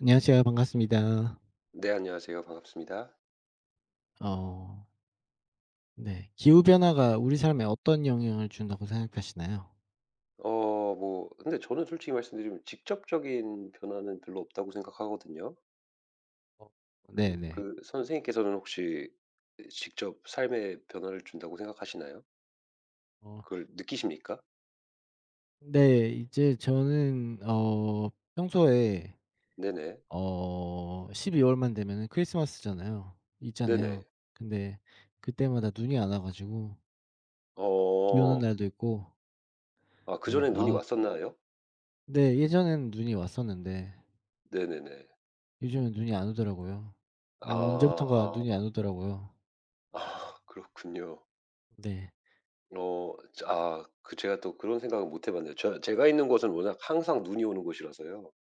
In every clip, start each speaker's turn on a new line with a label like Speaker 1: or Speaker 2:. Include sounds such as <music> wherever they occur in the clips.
Speaker 1: 안녕하세요. 반갑습니다.
Speaker 2: 네, 안녕하세요. 반갑습니다.
Speaker 1: 어 네. 기후 변화가 우리 삶에 어떤 영향을 준다고 생각하시나요?
Speaker 2: 근데 저는 솔직히 말씀드리면 직접적인 변화는 별로 없다고 생각하거든요.
Speaker 1: 어 네네.
Speaker 2: 그 선생님께서는 혹시 직접 삶에 변화를 준다고 생각하시나요?
Speaker 1: 어
Speaker 2: 그걸 느끼십니까?
Speaker 1: 네, 이제 저는 평소에
Speaker 2: 네네.
Speaker 1: 12 월만 되면은 크리스마스잖아요. 있잖아요.
Speaker 2: 네네.
Speaker 1: 근데 그때마다 눈이 안 와 가지고 비 오는
Speaker 2: 어,
Speaker 1: 날도 있고
Speaker 2: 아, 그전에
Speaker 1: 예,
Speaker 2: 눈이
Speaker 1: 아,
Speaker 2: 왔었나요?
Speaker 1: 근데 예전에는 눈이 왔었는데
Speaker 2: 네네네.
Speaker 1: 요즘은 눈이 안 오더라고요.
Speaker 2: 아,
Speaker 1: 언제부턴가 눈이
Speaker 2: 아,
Speaker 1: 안 오더라고요.
Speaker 2: 아, <laughs> 그렇군요.
Speaker 1: 네.
Speaker 2: 아, 그 제가 또 그런 생각은 못 해봤네요. 제가 있는 곳은 워낙 항상 눈이 오는 곳이라서요.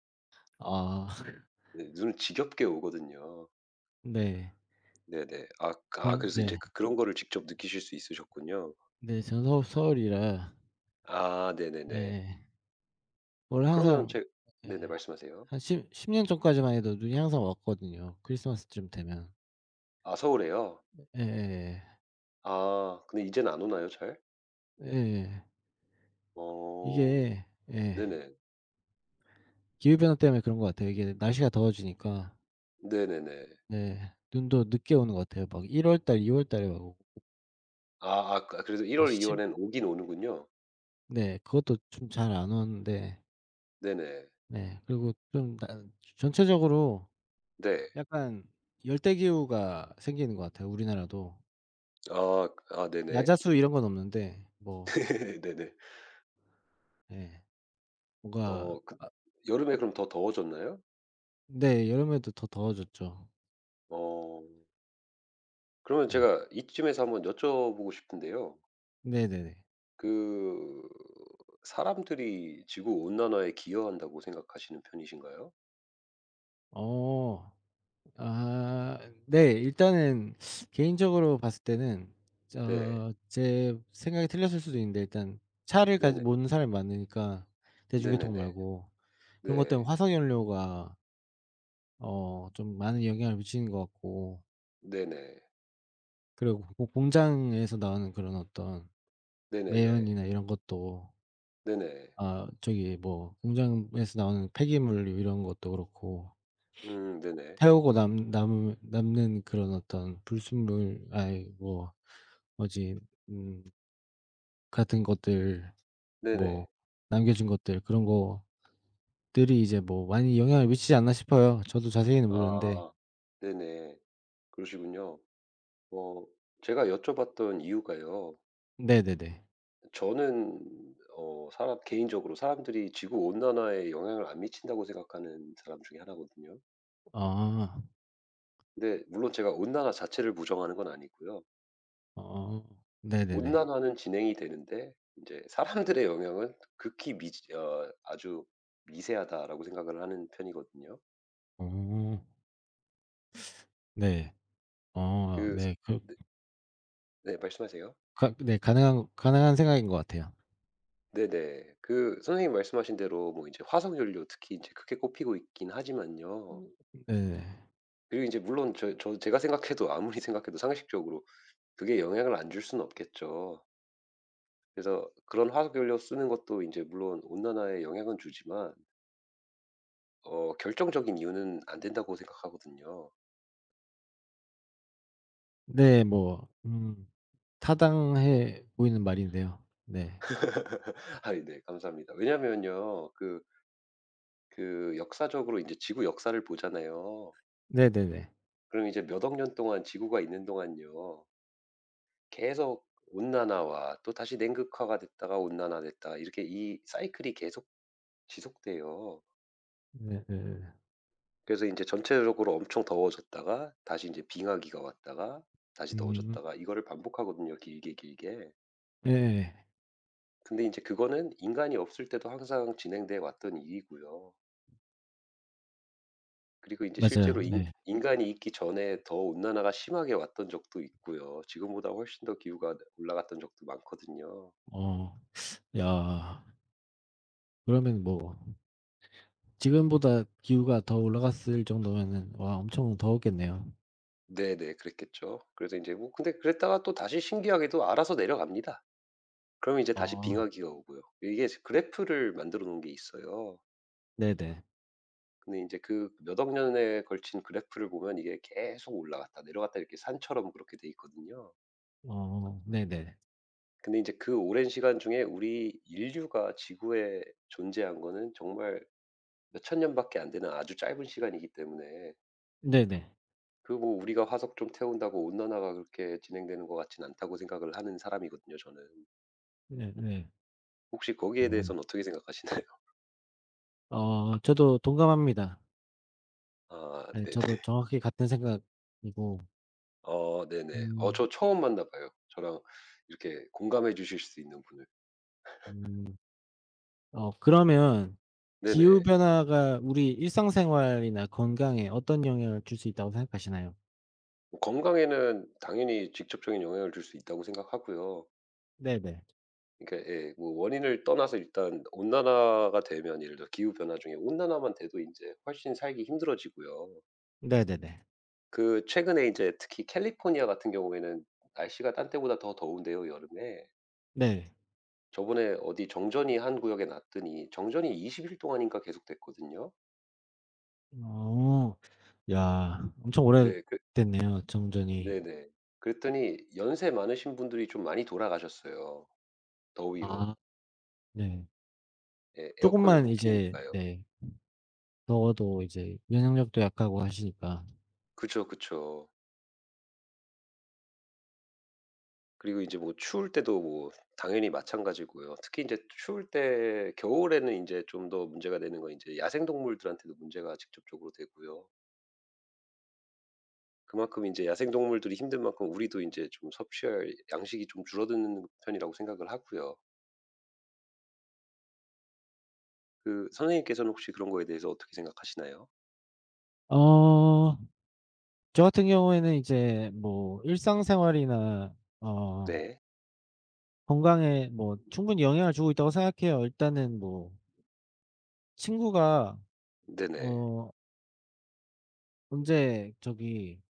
Speaker 1: 아. <laughs>
Speaker 2: 네, 눈을 지겹게 오거든요.
Speaker 1: 네.
Speaker 2: 네네.
Speaker 1: 저는
Speaker 2: 그래서 이제
Speaker 1: 네.
Speaker 2: 그런 거를 직접 느끼실 수 있으셨군요.
Speaker 1: 네. 저는 서울이라
Speaker 2: 아 네네네.
Speaker 1: 예. 원래
Speaker 2: 그러면
Speaker 1: 항상
Speaker 2: 제
Speaker 1: 예,
Speaker 2: 네네, 말씀하세요.
Speaker 1: 한 십 10년 전까지만 해도 눈이 항상 왔거든요, 크리스마스쯤 되면.
Speaker 2: 아 서울에요?
Speaker 1: 예예예.
Speaker 2: 아 근데 이제는 안 오나요, 잘?
Speaker 1: 예예.
Speaker 2: 어
Speaker 1: 이게 예,
Speaker 2: 네네.
Speaker 1: 기후 변화 때문에 그런 것 같아요. 이게 날씨가 더워지니까
Speaker 2: 네네네.
Speaker 1: 네, 눈도 늦게 오는 것 같아요. 막 1월 달, 2월 달에 막 오고
Speaker 2: 그 그래서
Speaker 1: 네,
Speaker 2: 1월 2월
Speaker 1: 십
Speaker 2: 엔 오긴 오는군요.
Speaker 1: 네, 그것도 좀 잘 안 오는데
Speaker 2: 네네.
Speaker 1: 네, 그리고 좀 나 전체적으로
Speaker 2: 네.
Speaker 1: 약간 열대 기후가 생기는 것 같아요, 우리나라도.
Speaker 2: 아 네네.
Speaker 1: 야자수 이런 건 없는데 뭐
Speaker 2: <laughs> 네네.
Speaker 1: 예. 뭔가
Speaker 2: 어 그 여름에 그럼 더 더워졌나요?
Speaker 1: 네, 여름에도 더 더워졌죠.
Speaker 2: 어, 그러면
Speaker 1: 네.
Speaker 2: 제가 이쯤에서 한번 여쭤보고 싶은데요.
Speaker 1: 네네네.
Speaker 2: 그 사람들이 지구 온난화에 기여한다고 생각하시는 편이신가요?
Speaker 1: 어. 아, 네. 일단은 개인적으로 봤을 때는
Speaker 2: 네.
Speaker 1: 제 생각이 틀렸을 수도 있는데 일단 차를 가지
Speaker 2: 네네.
Speaker 1: 모는 사람이 많으니까 대중교통
Speaker 2: 네네네.
Speaker 1: 말고 그런 것 때문에
Speaker 2: 네.
Speaker 1: 화석 연료가 좀 많은 영향을 미치는 것 같고
Speaker 2: 네네.
Speaker 1: 그리고 고 공장에서 나오는 그런 어떤
Speaker 2: 네네네.
Speaker 1: 매연이나 이런 것도
Speaker 2: 네네.
Speaker 1: 아, 저기 뭐 공장에서 나오는 폐기물 이런 것도 그렇고
Speaker 2: 네네.
Speaker 1: 태우고 남 남 남는 그런 어떤 불순물 아이, 뭐, 뭐지, 음 같은 것들,
Speaker 2: 네네.
Speaker 1: 뭐 남겨진 것들 그런 것들이 이제 뭐 많이 영향을 미치지 않나 싶어요. 저도 자세히는 모르는데.
Speaker 2: 아 네네. 그러시군요. 어, 제가 여쭤봤던 이유가요.
Speaker 1: 네네네.
Speaker 2: 저는 사람 개인적으로 사람들이 지구 온난화에 영향을 안 미친다고 생각하는 사람 중에 하나거든요.
Speaker 1: 아.
Speaker 2: 근데 물론 제가 온난화 자체를 부정하는 건 아니고요.
Speaker 1: 어. 네네네.
Speaker 2: 온난화는 진행이 되는데 이제 사람들의 영향은 극히 미 어 아주 미세하다라고 생각을 하는 편이거든요.
Speaker 1: 어. 네.
Speaker 2: 그
Speaker 1: 어,
Speaker 2: 서
Speaker 1: 네. 그
Speaker 2: 네, 네, 말씀하세요.
Speaker 1: 가 네, 가능한 생각인 것 같아요.
Speaker 2: 네네. 그 선생님 말씀하신 대로 뭐 이제 화석연료 특히 이제 크게 꼽히고 있긴 하지만요.
Speaker 1: 음 네네.
Speaker 2: 그리고 이제 물론 제가 생각해도 아무리 생각해도 상식적으로 그게 영향을 안 줄 수는 없겠죠. 그래서 그런 화석연료 쓰는 것도 이제 물론 온난화에 영향은 주지만 어, 결정적인 이유는 안 된다고 생각하거든요.
Speaker 1: 네, 뭐, 타당해 보이는 말인데요. 네.
Speaker 2: 아 네. 감사합니다. 왜냐면요. 그 역사적으로 이제 지구 역사를 보잖아요.
Speaker 1: 네네네.
Speaker 2: 그럼 이제 몇 억 년 동안 지구가 있는 동안요. 계속 온난화와 또 다시 냉극화가 됐다가 온난화됐다가 이렇게 이 사이클이 계속 지속돼요.
Speaker 1: 네네네.
Speaker 2: 그래서 이제 전체적으로 엄청 더워졌다가 다시 이제 빙하기가 왔다가 다시
Speaker 1: 음.
Speaker 2: 더워졌다가 이거를 반복하거든요, 길게, 길게.
Speaker 1: 예예.
Speaker 2: 근데 이제 그거는 인간이 없을 때도 항상 진행돼 왔던 일이고요. 그리고 이제 실제로
Speaker 1: 맞아요.
Speaker 2: 인
Speaker 1: 네.
Speaker 2: 인간이 있기 전에 더 온난화가 심하게 왔던 적도 있고요. 지금보다 훨씬 더 기후가, 네, 올라갔던 적도 많거든요.
Speaker 1: 어. 야. 그러면 뭐 지금보다 기후가 더 올라갔을 정도면은 와, 엄청 더웠겠네요.
Speaker 2: 네네. 그랬겠죠. 그래서 이제 뭐 근데 그랬다가 또 다시 신기하게도 알아서 내려갑니다. 그러면 이제 다시
Speaker 1: 어.
Speaker 2: 빙하기가 오고요. 이게 그래프를 만들어 놓은 게 있어요.
Speaker 1: 네네.
Speaker 2: 근데 이제 그 몇억 년에 걸친 그래프를 보면 이게 계속 올라갔다 내려갔다 이렇게 산처럼 그렇게 돼 있거든요.
Speaker 1: 어. 네네.
Speaker 2: 근데 이제 그 오랜 시간 중에 우리 인류가 지구에 존재한 거는 정말 몇천 년밖에 안 되는 아주 짧은 시간이기 때문에
Speaker 1: 네네.
Speaker 2: 그 뭐 우리가 화석 좀 태운다고 온난화가 그렇게 진행되는 것 같진 않다고 생각을 하는 사람이거든요, 저는.
Speaker 1: 네네.
Speaker 2: 혹시 거기에
Speaker 1: 어.
Speaker 2: 대해서는 어떻게 생각하시나요? <laughs>
Speaker 1: 저도 동감합니다.
Speaker 2: 아
Speaker 1: 예, 저도
Speaker 2: 네네.
Speaker 1: 정확히 같은 생각이고.
Speaker 2: 어 네네. 어,
Speaker 1: 음.
Speaker 2: 저 처음 만나 봐요. 저랑 이렇게 공감해 주실 수 있는 분을.
Speaker 1: 음. 그러면 기후
Speaker 2: 네네.
Speaker 1: 변화가 우리 일상생활이나 건강에 어떤 영향을 줄 수 있다고 생각하시나요?
Speaker 2: 뭐 건강에는 당연히 직접적인 영향을 줄 수 있다고 생각하고요.
Speaker 1: 네네.
Speaker 2: 그러니까 예 뭐 원인을 떠나서 일단 온난화가 되면 예를 들어 기후 변화 중에 온난화만 돼도 이제 훨씬 살기 힘들어지고요.
Speaker 1: 네네네.
Speaker 2: 그 최근에 인제 특히 캘리포니아 같은 경우에는 날씨가 딴 때보다 더 더운데요, 여름에.
Speaker 1: 네.
Speaker 2: 저번에 어디 정전이 한 구역에 났더니 정전이 20일 동안인가 계속됐거든요.
Speaker 1: 어. 야, 엄청
Speaker 2: 네 그
Speaker 1: 오래됐네요 정전이.
Speaker 2: 네네. 그랬더니 연세 많으신 분들이 좀 많이 돌아가셨어요, 더위로.
Speaker 1: 아, 네.
Speaker 2: 예, 에어컨을
Speaker 1: 쪼금만
Speaker 2: 못
Speaker 1: 이제
Speaker 2: 키니까요.
Speaker 1: 네, 더워도 이제 면역력도 약하고 하시니까.
Speaker 2: 그죠, 그쵸. 그리고 이제 뭐 추울 때도 뭐 당연히 마찬가지고요. 특히 인제 추울 때 겨울에는 인제 좀 더 문제가 되는 건 인제 야생동물들한테도 문제가 직접적으로 되고요. 그만큼 이제 야생동물들이 힘든 만큼 우리도 이제 좀 섭취할 양식이 좀 줄어드는 편이라고 생각을 하고요. 그 선생님께서는 혹시 그런 거에 대해서 어떻게 생각하시나요?
Speaker 1: 어 저 같은 경우에는 이제 뭐 일상생활이나 어
Speaker 2: 네.
Speaker 1: 건강에 뭐 충분히 영향을 주고 있다고 생각해요. 일단은 뭐 친구가
Speaker 2: 네네.
Speaker 1: 어 언제 저기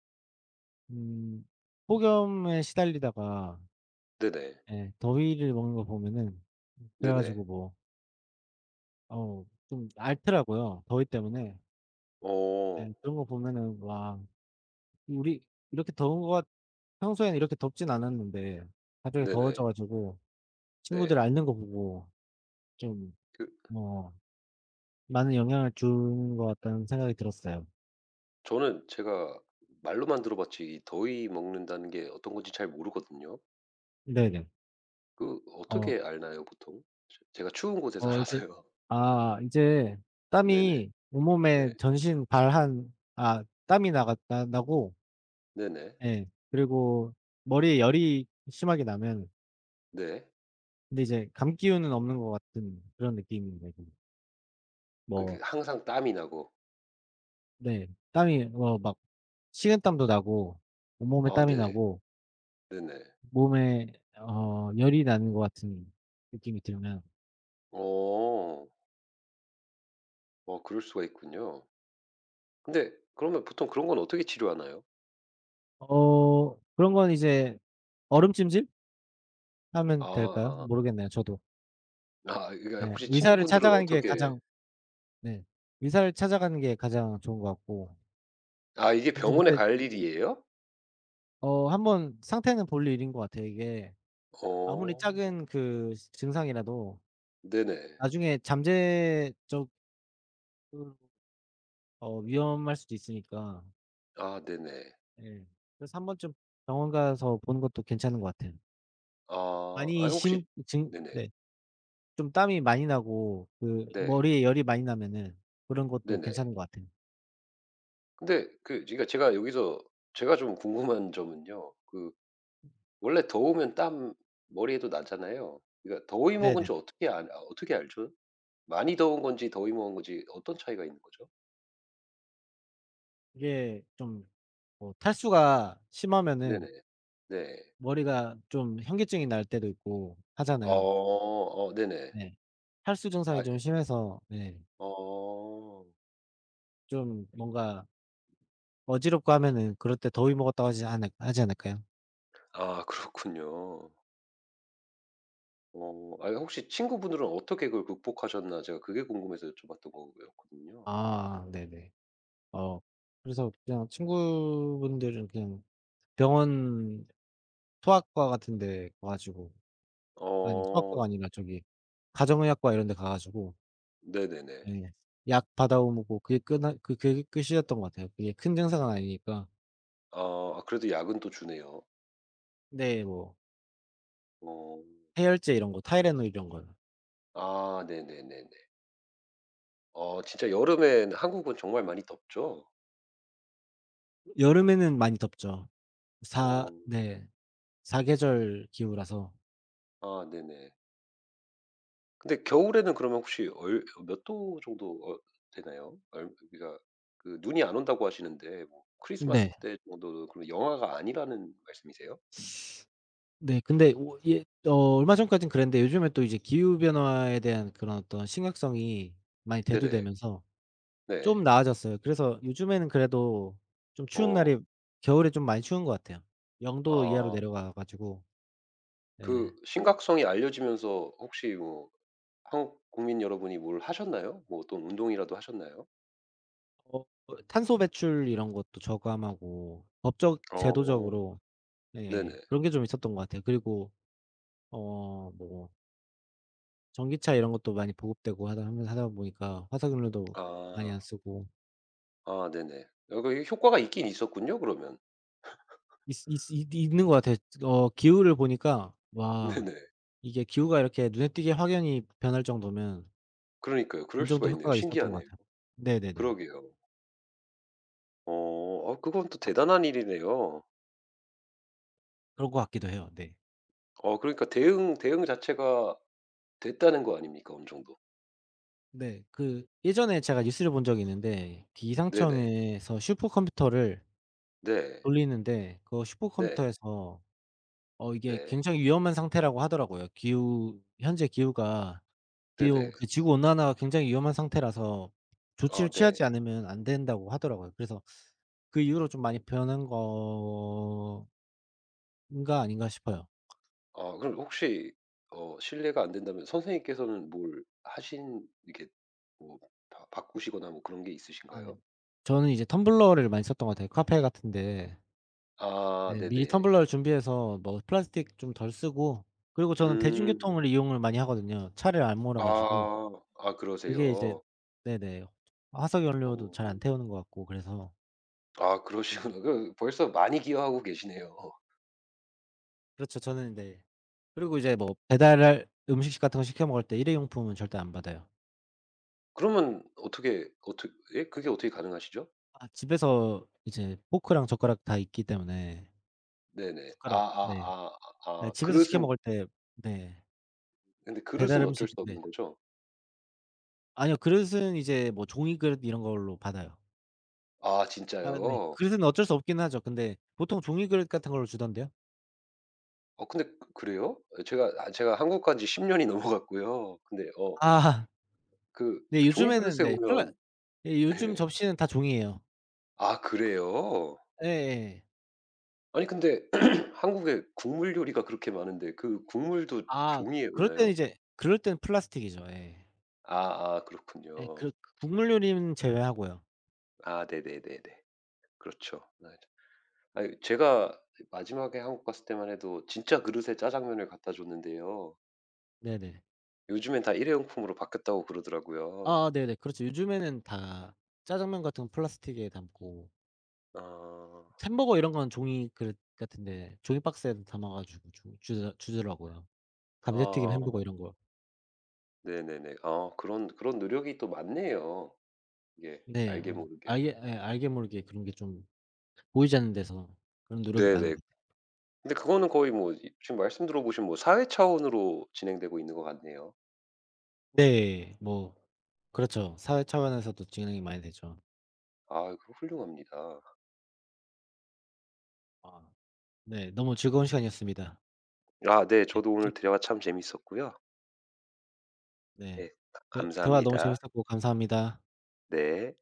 Speaker 1: 음 폭염에 시달리다가
Speaker 2: 네네.
Speaker 1: 예, 더위를 먹는 거 보면은 그래
Speaker 2: 네네.
Speaker 1: 가지고 뭐 좀 앓더라고요 더위 때문에.
Speaker 2: 어.
Speaker 1: 예, 그런 거 보면은 '와, 우리 이렇게 더운 거가 평소에는 이렇게 덥진 않았는데 갑자기
Speaker 2: 네네.
Speaker 1: 더워져 가지고 친구들
Speaker 2: 네.
Speaker 1: 앓는 거 보고 좀
Speaker 2: 그
Speaker 1: 뭐 많은 영향을 주는 것 같다.'는 생각이 들었어요.
Speaker 2: 저는 제가 말로만 들어 봤지 이 더위 먹는다는 게 어떤 건지 잘 모르거든요.
Speaker 1: 네네.
Speaker 2: 그
Speaker 1: 어.
Speaker 2: 어떻게 알나요 보통? 제 제가 추운 곳에 <laughs>
Speaker 1: 어 이제
Speaker 2: 살아서요.
Speaker 1: 이제
Speaker 2: 네네.
Speaker 1: 땀이 온몸에
Speaker 2: 네.
Speaker 1: 전신 발 한, 아, 땀이 나가 나 나고
Speaker 2: 네네.
Speaker 1: 예, 그리고 머리에 열이 심하게 나면,
Speaker 2: 네.
Speaker 1: 근데 이제 감기운은 없는 것 같은 그런 느낌입니다. 지금.
Speaker 2: 아, 그
Speaker 1: 뭐
Speaker 2: 항상 땀이 나고.
Speaker 1: 네. 땀이 막 식은땀도 나고 온몸에
Speaker 2: 아
Speaker 1: 땀이
Speaker 2: 네.
Speaker 1: 나고
Speaker 2: 네네.
Speaker 1: 몸에 열이 나는 것 같은 느낌이 들면
Speaker 2: 어. 어, 그럴 수가 있군요. 근데 그러면 보통 그런 건 어떻게 치료하나요?
Speaker 1: 그런 건 이제 얼음찜질 하면 될까요?
Speaker 2: 아.
Speaker 1: 모르겠네요 저도.
Speaker 2: 아, 이게
Speaker 1: 네.
Speaker 2: 혹시
Speaker 1: 의사를
Speaker 2: 친구분들은
Speaker 1: 찾아가는 게
Speaker 2: 어떻게.
Speaker 1: 가장 네. 의사를 찾아가는 게 가장 좋은 것 같고
Speaker 2: 아, 이게
Speaker 1: 이제
Speaker 2: 병원에
Speaker 1: 그때
Speaker 2: 갈 일이에요?
Speaker 1: 한번 상태는 볼 일인 것 같아요. 이게 아무리
Speaker 2: 어.
Speaker 1: 작은 그 시 증상이라도
Speaker 2: 네네.
Speaker 1: 나중에 잠재적으로 위험할 수도 있으니까.
Speaker 2: 아 네네.
Speaker 1: 예. 그래서 한 번쯤 병원 가서 보는 것도 괜찮은 것 같아요.
Speaker 2: 아. 아
Speaker 1: 많이 심
Speaker 2: 혹시.
Speaker 1: 증
Speaker 2: 네네.
Speaker 1: 네. 좀 땀이 많이 나고 그
Speaker 2: 네.
Speaker 1: 머리에 열이 많이 나면은 그런 것도
Speaker 2: 네네.
Speaker 1: 괜찮은 것 같아요.
Speaker 2: 근데 그 그러니까 제가 여기서 제가 좀 궁금한 점은요. 그, 원래 더우면 땀 머리에도 나잖아요. 그러니까 더위 먹은
Speaker 1: 네네.
Speaker 2: 지 어떻게 아 어떻게 알죠? 많이 더운 건지 더위 먹은 건지 어떤 차이가 있는 거죠?
Speaker 1: 이게 좀, 뭐 탈수가 심하면은
Speaker 2: 네네. 네.
Speaker 1: 머리가 좀 현기증이 날 때도 있고
Speaker 2: 어
Speaker 1: 하잖아요.
Speaker 2: 어 네네.
Speaker 1: 네. 탈수
Speaker 2: 아
Speaker 1: 증상이 좀 심해서 네,
Speaker 2: 어.
Speaker 1: 좀 뭔가 어지럽고 하면은 그럴 때 더위 먹었다고 하지 않을까요?
Speaker 2: 아, 그렇군요. 어, 아니 혹시 친구분들은 어떻게 그걸 극복하셨나, 제가 그게 궁금해서 여쭤봤던 거였거든요.
Speaker 1: 아, 네네. 어 그래서 그냥 친구분들은 그냥 병원 소아과 같은 데 가 가지고
Speaker 2: 어
Speaker 1: 아니, 소아과가 아니라 저기 가정의학과 이런 데 가 가지고
Speaker 2: 네네네.
Speaker 1: 예, 약 받아 오고 그게 끝나 그 그게 끝이었던 것 같아요. 그게 큰 증상은 아니니까.
Speaker 2: 아 아 그래도 약은 또 주네요.
Speaker 1: 근데 뭐
Speaker 2: 어.
Speaker 1: 해열제 이런 거, 타이레놀 이런 거요.
Speaker 2: 아 네네네네. 어 진짜 여름엔 한국은 정말 많이 덥죠?
Speaker 1: 여름에는 많이 덥죠. 사
Speaker 2: 어.
Speaker 1: 네. 사계절 기후라서.
Speaker 2: 아 네네. 근데 겨울에는 그러면 혹시 얼 몇 도 정도 되나요? 얼 그러니까 그 눈이 안 온다고 하시는데 뭐 크리스마스
Speaker 1: 네.
Speaker 2: 때 정도는 그럼 영하가 아니라는 말씀이세요?
Speaker 1: 네. 근데 오, 예, 얼마 전까진 그랬는데 요즘에 또 이제 기후 변화에 대한 그런 어떤 심각성이 많이
Speaker 2: 네네.
Speaker 1: 대두되면서
Speaker 2: 네.
Speaker 1: 좀 나아졌어요. 그래서 요즘에는 그래도 좀 추운
Speaker 2: 어.
Speaker 1: 날이 겨울에 좀 많이 추운 것 같아요. 0도 이하로
Speaker 2: 아.
Speaker 1: 내려가 가지고 예.
Speaker 2: 그 심각성이 알려지면서 혹시 뭐 한국 국민 여러분이 뭘 하셨나요? 뭐 어떤 운동이라도 하셨나요?
Speaker 1: 어 탄소 배출 이런 것도 저감하고 법적
Speaker 2: 어.
Speaker 1: 제도적으로
Speaker 2: 네네.
Speaker 1: 예, 그런 게 좀 있었던 것 같아요. 그리고 뭐 전기차 이런 것도 많이 보급되고 하다 보니까 화석연료도 많이
Speaker 2: 아.
Speaker 1: 안 쓰고
Speaker 2: 아 네네. 아그 효과가 있긴 있었군요 그러면.
Speaker 1: 있 있 있 있는 것 같아요. 기후를 보니까
Speaker 2: <laughs>
Speaker 1: 와,
Speaker 2: 네네.
Speaker 1: 이게 기후가 이렇게 눈에 띄게 확연히 변할 정도면
Speaker 2: 그러니까요. 그럴
Speaker 1: 어느
Speaker 2: 수가
Speaker 1: 정도
Speaker 2: 있네요.
Speaker 1: 효과가 있었던 것
Speaker 2: 신기하네요.
Speaker 1: 같아요. 네네네.
Speaker 2: 그러게요. 어. 아 그건 또 대단한 일이네요.
Speaker 1: 그런 것 같기도 해요. 네.
Speaker 2: 어 그러니까 대응 자체가 됐다는 거 아닙니까, 어느 정도.
Speaker 1: 네. 그 예전에 제가 뉴스를 본 적이 있는데
Speaker 2: 네네.
Speaker 1: 기상청에서 슈퍼컴퓨터를
Speaker 2: 네.
Speaker 1: 돌리는데 그
Speaker 2: 네.
Speaker 1: 슈퍼컴퓨터에서 이게
Speaker 2: 네.
Speaker 1: 굉장히 위험한 상태라고 하더라고요. 기후 현재 기후가, 기후
Speaker 2: 네네.
Speaker 1: 그 지구 온난화가 굉장히 위험한 상태라서
Speaker 2: 아
Speaker 1: 조치를
Speaker 2: 네.
Speaker 1: 취하지 않으면 안 된다고 하더라고요. 그래서 그 이후로 좀 많이 변한 건가, 아닌가 싶어요.
Speaker 2: 아 그럼 혹시 어 실례가 안 된다면 선생님께서는 뭘 하신, 이렇게 뭐 바 바꾸시거나 뭐 그런 게
Speaker 1: 아 네.
Speaker 2: 있으신가요?
Speaker 1: 저는 이제 텀블러를 많이 썼던 것 같아요. 카페 같은데
Speaker 2: 아
Speaker 1: 네, 미리
Speaker 2: 네네.
Speaker 1: 텀블러를 준비해서 뭐 플라스틱 좀 덜 쓰고, 그리고 저는
Speaker 2: 음.
Speaker 1: 대중교통을 이용을 많이 하거든요. 차를 안 몰아 가지고.
Speaker 2: 아. 아
Speaker 1: 그게 이제
Speaker 2: 그러세요.
Speaker 1: 네네. 화석연료도 잘
Speaker 2: 어.
Speaker 1: 안 태우는 것 같고 그래서
Speaker 2: 아 그러시구나. 그 벌써 많이 기여하고 계시네요.
Speaker 1: 그렇죠. 저는 네. 그리고 이제 뭐 배달 음식 같은 거 시켜 먹을 때 일회용품은 절대 안 받아요.
Speaker 2: 그러면 어떻게 어떻 예? 그게 어떻게 가능하시죠?
Speaker 1: 아, 집에서 이제 포크랑 젓가락 다 있기 때문에
Speaker 2: 네네.
Speaker 1: 숟가락
Speaker 2: 아아아
Speaker 1: 네.
Speaker 2: 아아
Speaker 1: 아,
Speaker 2: 아
Speaker 1: 집에서 시켜
Speaker 2: 그릇은.
Speaker 1: 먹을 때 네.
Speaker 2: 근데
Speaker 1: 배달
Speaker 2: 그릇은 어쩔
Speaker 1: 음식
Speaker 2: 수
Speaker 1: 네.
Speaker 2: 없는 거죠?
Speaker 1: 아니요. 그릇은 이제 뭐 종이 그릇 이런 걸로 받아요.
Speaker 2: 아
Speaker 1: 아 네.
Speaker 2: 진짜요?
Speaker 1: 그릇은 어쩔 수 없긴 하죠. 근데 보통 종이 그릇 같은 걸로 주던데요.
Speaker 2: 어, 근데 그 그래요? 예, 제가, 제가 한국 간지 10 년이 <laughs> 넘어갔고요. 근데
Speaker 1: 아.
Speaker 2: 그
Speaker 1: 네,
Speaker 2: 종이
Speaker 1: 요즘에는
Speaker 2: 그릇에
Speaker 1: 네, 플라
Speaker 2: 보면
Speaker 1: 예,
Speaker 2: <laughs>
Speaker 1: 요즘
Speaker 2: 예.
Speaker 1: 접시는 다 종이에요.
Speaker 2: 아 그래요?
Speaker 1: 예예.
Speaker 2: 아니 근데 <clears throat> 한국에 국물 요리가 그렇게 많은데 그 국물도
Speaker 1: 아,
Speaker 2: 종이에
Speaker 1: 그럴 때는
Speaker 2: 오나요?
Speaker 1: 이제 그럴 때는 플라스틱이죠. 예.
Speaker 2: 아아
Speaker 1: 예.
Speaker 2: 그렇군요.
Speaker 1: 그 국물 요리는 제외하고요.
Speaker 2: 아 네네네네. 그렇죠. 맞아. 아 제가 마지막에 한국 갔을 때만 해도 진짜 그릇에 짜장면을 갖다 줬는데요.
Speaker 1: 네네.
Speaker 2: 요즘엔 다 일회용품으로 바뀌었다고 그러더라고요.
Speaker 1: 아 네네. 그렇죠. 요즘에는 다 짜장면 같은 건 플라스틱에 담고
Speaker 2: 아.
Speaker 1: 햄버거 이런 건 종이 그릇 같은데 종이 박스에 담아 가지고 주 주더 주더라고요. 감자튀김, 햄버거
Speaker 2: 아
Speaker 1: 이런 거.
Speaker 2: 네네네. 아 그런 노력이 또 많네요. 이게
Speaker 1: 네.
Speaker 2: 알게
Speaker 1: 어.
Speaker 2: 모르게.
Speaker 1: 알게 예, 알게 모르게 그런 게 좀 보이지 않는 데서 그런 노력이 많은 것
Speaker 2: 네네.
Speaker 1: 같아요.
Speaker 2: 근데 그거는 거의 뭐 이 지금 말씀 들어보시면 뭐 사회 차원으로 진행되고 있는 것 같네요.
Speaker 1: 네. 뭐 그렇죠. 사회 차원에서도 진행이 많이 되죠.
Speaker 2: 아 그거 훌륭합니다.
Speaker 1: 아 네. 너무 즐거운 시간이었습니다.
Speaker 2: 아 네. 저도
Speaker 1: 네.
Speaker 2: 오늘 대화 참 재밌었고요.
Speaker 1: 네.
Speaker 2: 네,
Speaker 1: 대 대화 너무
Speaker 2: 감사합니다.
Speaker 1: 재밌었고 감사합니다.
Speaker 2: 네.